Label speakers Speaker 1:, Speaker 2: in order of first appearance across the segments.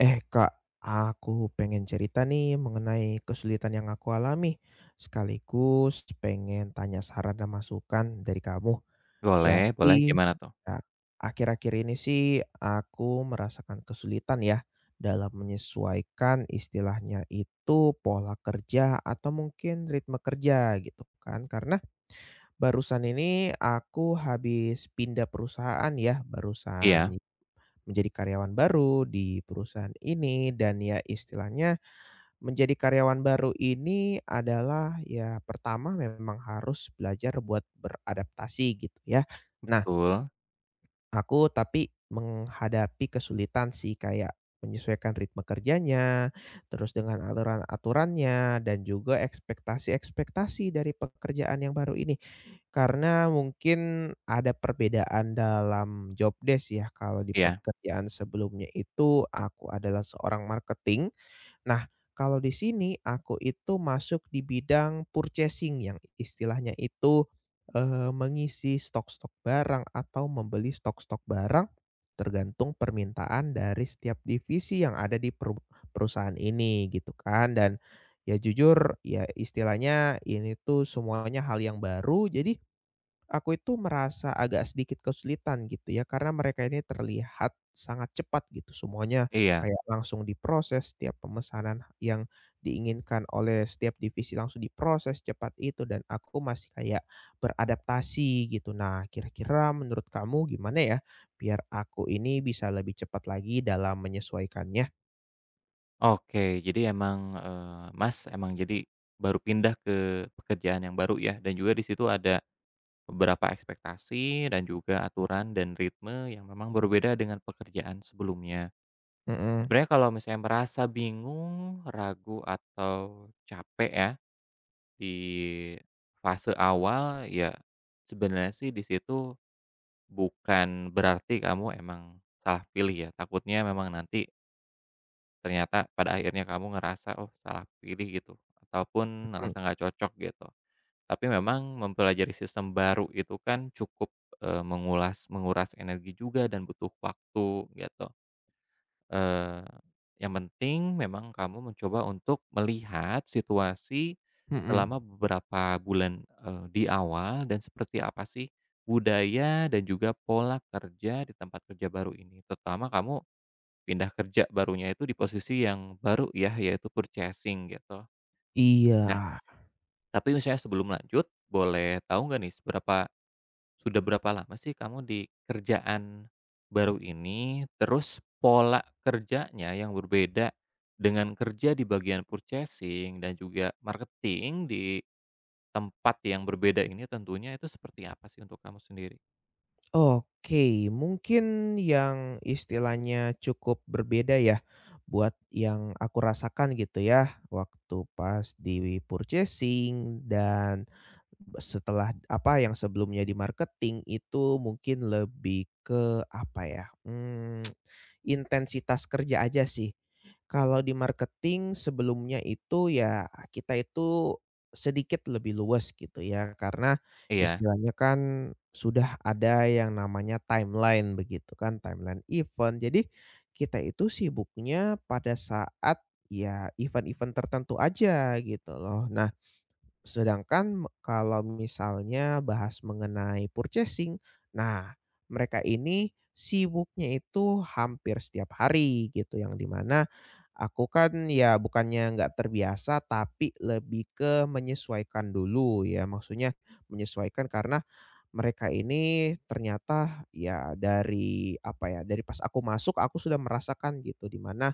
Speaker 1: Eh Kak, aku pengen cerita nih mengenai kesulitan yang aku alami, sekaligus pengen tanya saran dan masukan dari kamu.
Speaker 2: Boleh boleh,
Speaker 1: Jadi,
Speaker 2: gimana
Speaker 1: Ya.
Speaker 2: tuh?
Speaker 1: Ya, akhir-akhir ini sih aku merasakan kesulitan ya dalam menyesuaikan istilahnya itu pola kerja atau mungkin ritme kerja gitu kan. Karena barusan ini aku habis pindah perusahaan ya,
Speaker 2: Iya,
Speaker 1: barusan menjadi karyawan baru di perusahaan ini dan ya istilahnya menjadi karyawan baru ini adalah ya pertama memang harus belajar buat beradaptasi gitu ya. Nah,
Speaker 2: betul,
Speaker 1: aku tapi menghadapi kesulitan sih kayak menyesuaikan ritme kerjanya, terus dengan aturan-aturannya dan juga ekspektasi-ekspektasi dari pekerjaan yang baru ini. Karena mungkin ada perbedaan dalam job desk ya, kalau di
Speaker 2: iya
Speaker 1: pekerjaan sebelumnya itu aku adalah seorang marketing. Nah, kalau di sini aku itu masuk di bidang purchasing yang istilahnya itu, mengisi stok-stok barang atau membeli stok-stok barang tergantung permintaan dari setiap divisi yang ada di perusahaan ini gitu kan. Dan ya jujur ya istilahnya ini tuh semuanya hal yang baru, jadi aku itu merasa agak sedikit kesulitan gitu ya, karena mereka ini terlihat sangat cepat gitu, semuanya
Speaker 2: iya.
Speaker 1: kayak langsung diproses, setiap pemesanan yang diinginkan oleh setiap divisi langsung diproses cepat itu dan aku masih kayak beradaptasi gitu. Nah, kira-kira menurut kamu gimana ya biar aku ini bisa lebih cepat lagi dalam menyesuaikannya?
Speaker 2: Oke, jadi emang, Mas, emang jadi baru pindah ke pekerjaan yang baru ya, dan juga di situ ada beberapa ekspektasi dan juga aturan dan ritme yang memang berbeda dengan pekerjaan sebelumnya.
Speaker 1: Mhm.
Speaker 2: Sebenarnya kalau misalnya merasa bingung, ragu, atau capek ya di fase awal, ya sebenarnya sih di situ bukan berarti kamu emang salah pilih ya, takutnya memang nanti ternyata pada akhirnya kamu ngerasa, "Oh salah pilih," gitu, ataupun
Speaker 1: Mhm.
Speaker 2: ngerasa nggak cocok gitu. Tapi memang mempelajari sistem baru itu kan cukup, menguras energi juga dan butuh waktu gitu. Eee, yang penting memang kamu mencoba untuk melihat situasi
Speaker 1: Mhm.
Speaker 2: selama beberapa bulan, di awal dan seperti apa sih budaya dan juga pola kerja di tempat kerja baru ini. Terutama kamu pindah kerja barunya itu di posisi yang baru ya, yaitu purchasing gitu. Nah,
Speaker 1: Iya.
Speaker 2: tapi misalnya sebelum lanjut, boleh tahu nggak nih sudah berapa lama sih kamu di kerjaan baru ini? Terus pola kerjanya yang berbeda dengan kerja di bagian purchasing dan juga marketing di tempat yang berbeda ini tentunya itu seperti apa sih untuk kamu sendiri?
Speaker 1: Oke, mungkin yang istilahnya cukup berbeda ya buat yang aku rasakan gitu ya waktu pas di purchasing dan setelah apa yang sebelumnya di marketing itu mungkin lebih ke apa ya, intensitas kerja aja sih. Kalau di marketing sebelumnya itu ya kita itu sedikit lebih luas gitu ya, karena
Speaker 2: Iya
Speaker 1: istilahnya kan sudah ada yang namanya timeline begitu kan, timeline event. Jadi kita itu sibuknya pada saat ya event-event tertentu aja gitu loh. Nah, Sedangkan me kalau misalnya bahas mengenai purchasing, nah mereka ini sibuknya itu hampir setiap hari gitu, yang dimana aku kan ya bukannya nggak terbiasa, tapi lebih ke menyesuaikan dulu ya, maksudnya menyesuaikan karena mereka ini ternyata ya dari apa ya, dari pas aku masuk aku sudah merasakan gitu di mana,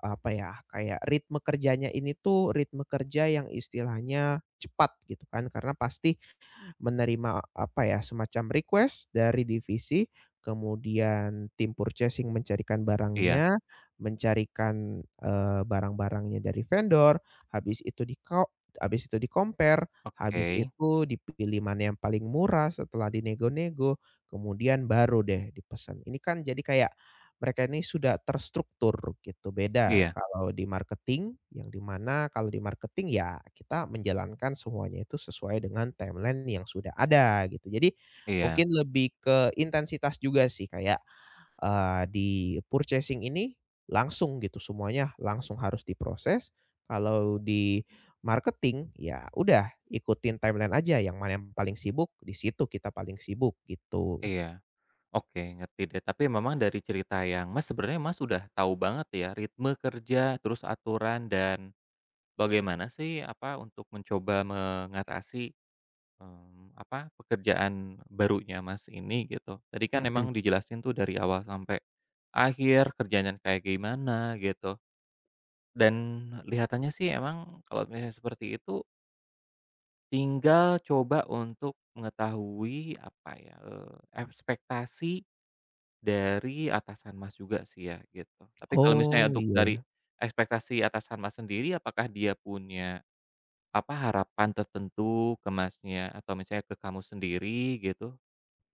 Speaker 1: apa ya, kayak ritme kerjanya ini tuh ritme kerja yang istilahnya cepat gitu kan karena pasti menerima, apa ya, semacam request dari divisi, kemudian tim purchasing mencarikan
Speaker 2: iya,
Speaker 1: barangnya, mencarikan, barang-barangnya dari vendor, habis itu di-compare,
Speaker 2: oke.
Speaker 1: habis itu dipilih mana yang paling murah, setelah dinego-nego, kemudian baru deh dipesan. Ini kan jadi kayak mereka ini sudah terstruktur gitu, beda
Speaker 2: Iya
Speaker 1: kalau di marketing, yang di mana kalau di marketing ya kita menjalankan semuanya itu sesuai dengan timeline yang sudah ada gitu. Jadi
Speaker 2: iya
Speaker 1: mungkin lebih ke intensitas juga sih kayak, di purchasing ini langsung gitu, semuanya langsung harus diproses. Kalau di marketing ya udah ikutin timeline aja, yang mana yang paling sibuk di situ kita paling sibuk gitu.
Speaker 2: iya. Oke, ngerti deh. Tapi memang dari cerita yang Mas, sebenarnya Mas sudah tahu banget ya ritme kerja, terus aturan dan bagaimana sih, apa, untuk mencoba mengatasi, mmm, apa, pekerjaan barunya Mas ini gitu. Tadi kan
Speaker 1: Mhm.
Speaker 2: emang dijelasin tuh dari awal sampai akhir kerjanya kayak gimana gitu, dan lihatannya sih emang kalau misalnya seperti itu tinggal coba untuk mengetahui apa ya, ekspektasi dari atasan Mas juga sih ya gitu. Tapi kalau misalnya
Speaker 1: Oh,
Speaker 2: untuk
Speaker 1: iya
Speaker 2: dari
Speaker 1: ya.
Speaker 2: ekspektasi atasan Mas sendiri apakah dia punya apa, harapan tertentu ke Masnya atau misalnya ke kamu sendiri gitu,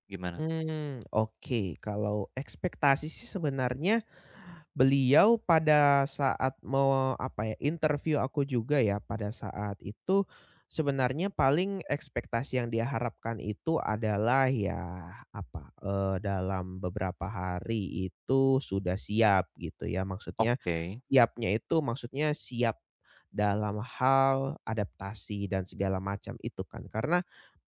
Speaker 2: gimana?
Speaker 1: Oke. Kalau ekspektasi sih sebenarnya beliau pada saat mau, apa ya, interview aku juga ya, pada saat itu sebenarnya paling ekspektasi yang dia harapkan itu adalah ya, apa, dalam beberapa hari itu sudah siap gitu ya. Maksudnya
Speaker 2: Oke,
Speaker 1: siapnya itu maksudnya siap dalam hal adaptasi dan segala macam itu kan. Karena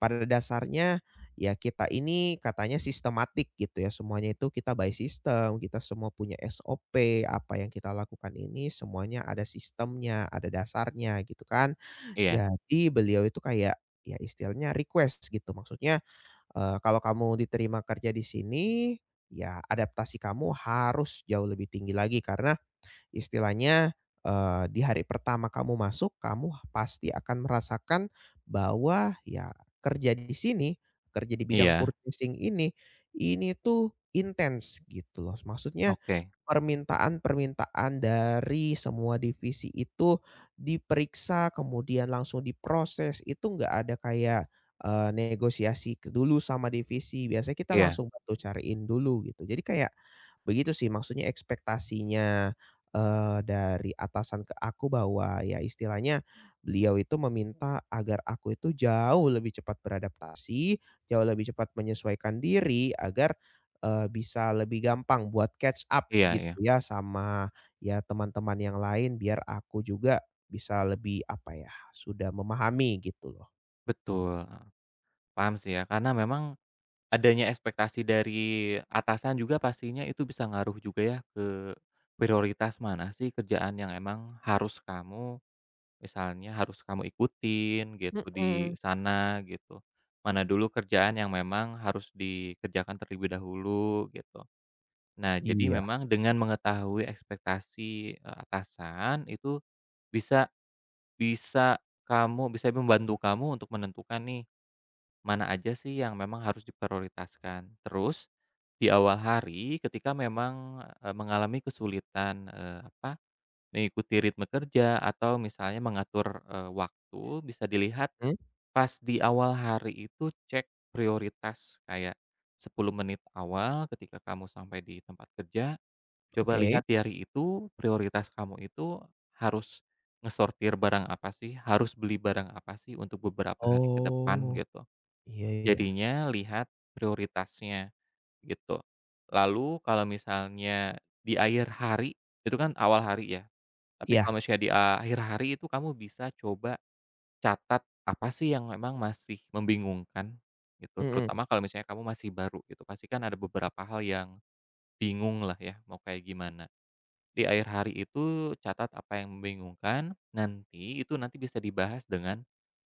Speaker 1: pada dasarnya ya kita ini katanya sistematik gitu ya, semuanya itu kita by system, kita semua punya SOP, apa yang kita lakukan ini semuanya ada sistemnya, ada dasarnya gitu kan.
Speaker 2: iya
Speaker 1: Jadi beliau itu kayak ya istilahnya request gitu, maksudnya, "Kalau kamu diterima kerja di sini, ya adaptasi kamu harus jauh lebih tinggi lagi karena istilahnya, di hari pertama kamu masuk, kamu pasti akan merasakan bahwa ya kerja di sini, kerja di bidang
Speaker 2: iya,
Speaker 1: purchasing ini tuh intens gitu loh. Maksudnya
Speaker 2: oke,
Speaker 1: permintaan-permintaan dari semua divisi itu diperiksa, kemudian langsung diproses, itu nggak ada kayak, negosiasi ke dulu sama divisi, biasanya kita
Speaker 2: iya
Speaker 1: langsung bantu cariin dulu gitu. Jadi kayak begitu sih maksudnya ekspektasinya, dari atasan ke aku bahwa ya istilahnya beliau itu meminta agar aku itu jauh lebih cepat beradaptasi, jauh lebih cepat menyesuaikan diri agar bisa lebih gampang buat catch up
Speaker 2: iya
Speaker 1: gitu
Speaker 2: iya,
Speaker 1: ya sama, ya teman-teman yang lain biar aku juga bisa lebih apa ya, sudah memahami gitu loh.
Speaker 2: betul, paham sih ya, karena memang adanya ekspektasi dari atasan juga pastinya itu bisa ngaruh juga ya ke prioritas mana sih kerjaan yang emang harus kamu, misalnya harus kamu ikutin gitu di
Speaker 1: Mhm.
Speaker 2: sana gitu. Mana dulu kerjaan yang memang harus dikerjakan terlebih dahulu gitu. Nah, jadi
Speaker 1: Iya,
Speaker 2: memang dengan mengetahui ekspektasi, atasan itu bisa bisa kamu, bisa membantu kamu untuk menentukan nih, mana aja sih yang memang harus diprioritaskan. Terus, di awal hari ketika memang, mengalami kesulitan, apa, mengikuti ritme kerja atau misalnya mengatur, waktu, bisa dilihat
Speaker 1: mhm,
Speaker 2: pas di awal hari itu cek prioritas kayak 10 menit awal ketika kamu sampai di tempat kerja. Coba
Speaker 1: oke.
Speaker 2: lihat di hari itu, prioritas kamu itu harus ngesortir barang apa sih, harus beli barang apa sih untuk beberapa hari ke depan
Speaker 1: Oh,
Speaker 2: gitu.
Speaker 1: iya iya.
Speaker 2: Jadinya lihat prioritasnya gitu. Lalu kalau misalnya di akhir hari, itu kan awal hari ya, tapi
Speaker 1: Iya,
Speaker 2: kalau misalnya di akhir hari itu kamu bisa coba catat apa sih yang memang masih membingungkan gitu,
Speaker 1: mhm,
Speaker 2: terutama kalau misalnya kamu masih baru gitu. Pasti kan ada beberapa hal yang bingung lah ya mau kayak gimana. Di akhir hari itu catat apa yang membingungkan, nanti itu nanti bisa dibahas dengan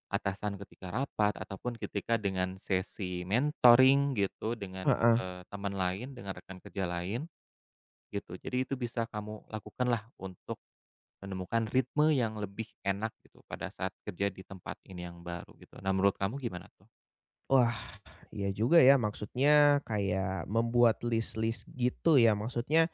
Speaker 2: atasan ketika rapat ataupun ketika dengan sesi mentoring gitu dengan,
Speaker 1: heeh.
Speaker 2: teman lain, dengan rekan kerja lain gitu. Jadi itu bisa kamu lakukanlah untuk menemukan ritme yang lebih enak gitu pada saat kerja di tempat ini yang baru gitu. Nah menurut kamu gimana tuh?
Speaker 1: Wah, iya juga ya, maksudnya kayak membuat list-list gitu ya. Maksudnya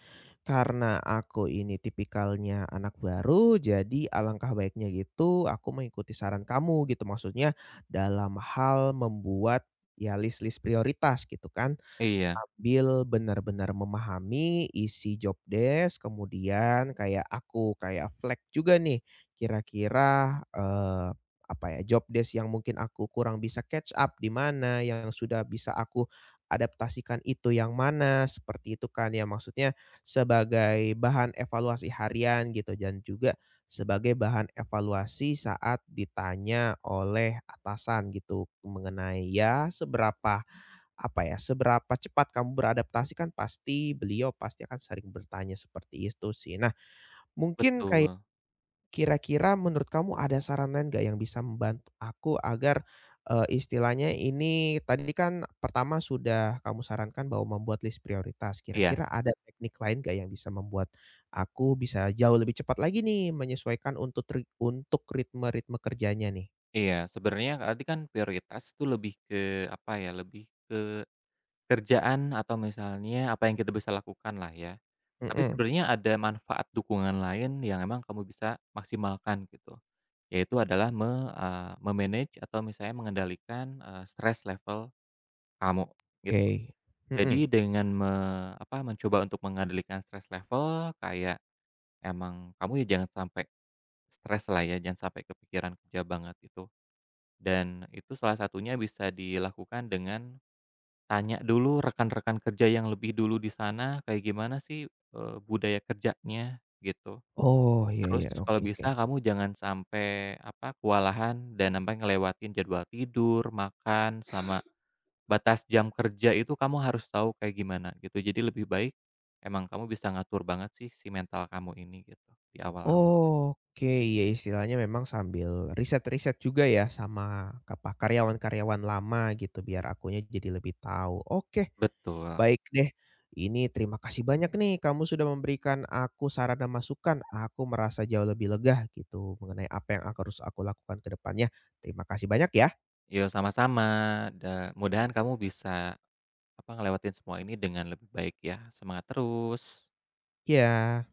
Speaker 1: karena aku ini tipikalnya anak baru, jadi alangkah baiknya gitu aku mengikuti saran kamu gitu. Maksudnya dalam hal membuat ya list-list prioritas gitu kan,
Speaker 2: Iya,
Speaker 1: sambil benar-benar memahami isi job desk, kemudian kayak aku kayak flag juga nih kira-kira, eh, apa ya, job desk yang mungkin aku kurang bisa catch up di mana, yang sudah bisa aku adaptasikan itu yang mana, seperti itu kan ya. Maksudnya sebagai bahan evaluasi harian gitu dan juga sebagai bahan evaluasi saat ditanya oleh atasan gitu mengenai ya seberapa, apa ya, seberapa cepat kamu beradaptasi kan pasti beliau pasti akan sering bertanya seperti itu sih. Nah mungkin kayak
Speaker 2: betul.
Speaker 1: kira-kira menurut kamu ada saran lain nggak yang bisa membantu aku agar, istilahnya ini tadi kan pertama sudah kamu sarankan bahwa membuat list prioritas,
Speaker 2: Iya
Speaker 1: kira-kira ada teknik lain nggak yang bisa membuat aku bisa jauh lebih cepat lagi nih menyesuaikan untuk ritme-ritme kerjanya nih?
Speaker 2: iya. Sebenarnya tadi kan prioritas tuh lebih ke apa ya, lebih kerjaan atau misalnya apa yang kita bisa lakukan lah ya. Tapi
Speaker 1: Mhm.
Speaker 2: sebenarnya ada manfaat dukungan lain yang emang kamu bisa maksimalkan gitu, yaitu adalah me-manage atau misalnya mengendalikan, stres level kamu gitu.
Speaker 1: Oke.
Speaker 2: Jadi
Speaker 1: Mhm.
Speaker 2: dengan apa, mencoba untuk mengendalikan stres level kayak emang kamu ya jangan sampai stres lah ya, jangan sampai kepikiran kerja banget itu. Dan itu salah satunya bisa dilakukan dengan tanya dulu rekan-rekan kerja yang lebih dulu di sana kayak gimana sih, budaya kerjanya gitu.
Speaker 1: Oh, iya
Speaker 2: Terus
Speaker 1: iya,
Speaker 2: kalau
Speaker 1: oke oke.
Speaker 2: bisa kamu jangan sampai, apa, kewalahan dan sampai ngelewatin jadwal tidur, makan, sama batas jam kerja itu kamu harus tahu kayak gimana gitu. Jadi lebih baik emang kamu bisa ngatur banget sih si mental kamu ini gitu di awal-awal.
Speaker 1: Oke, ya istilahnya memang sambil riset-riset juga ya sama apa, karyawan-karyawan lama gitu biar akunya jadi lebih tahu. Oke,
Speaker 2: Betul.
Speaker 1: baik deh. Ini terima kasih banyak nih kamu sudah memberikan aku saran dan masukan. Aku merasa jauh lebih lega gitu mengenai apa yang aku harus lakukan ke depannya. Terima kasih banyak ya.
Speaker 2: Yo sama-sama, da mudahan kamu bisa, apa, ngelewatin semua ini dengan lebih baik ya. Semangat terus.
Speaker 1: Ya.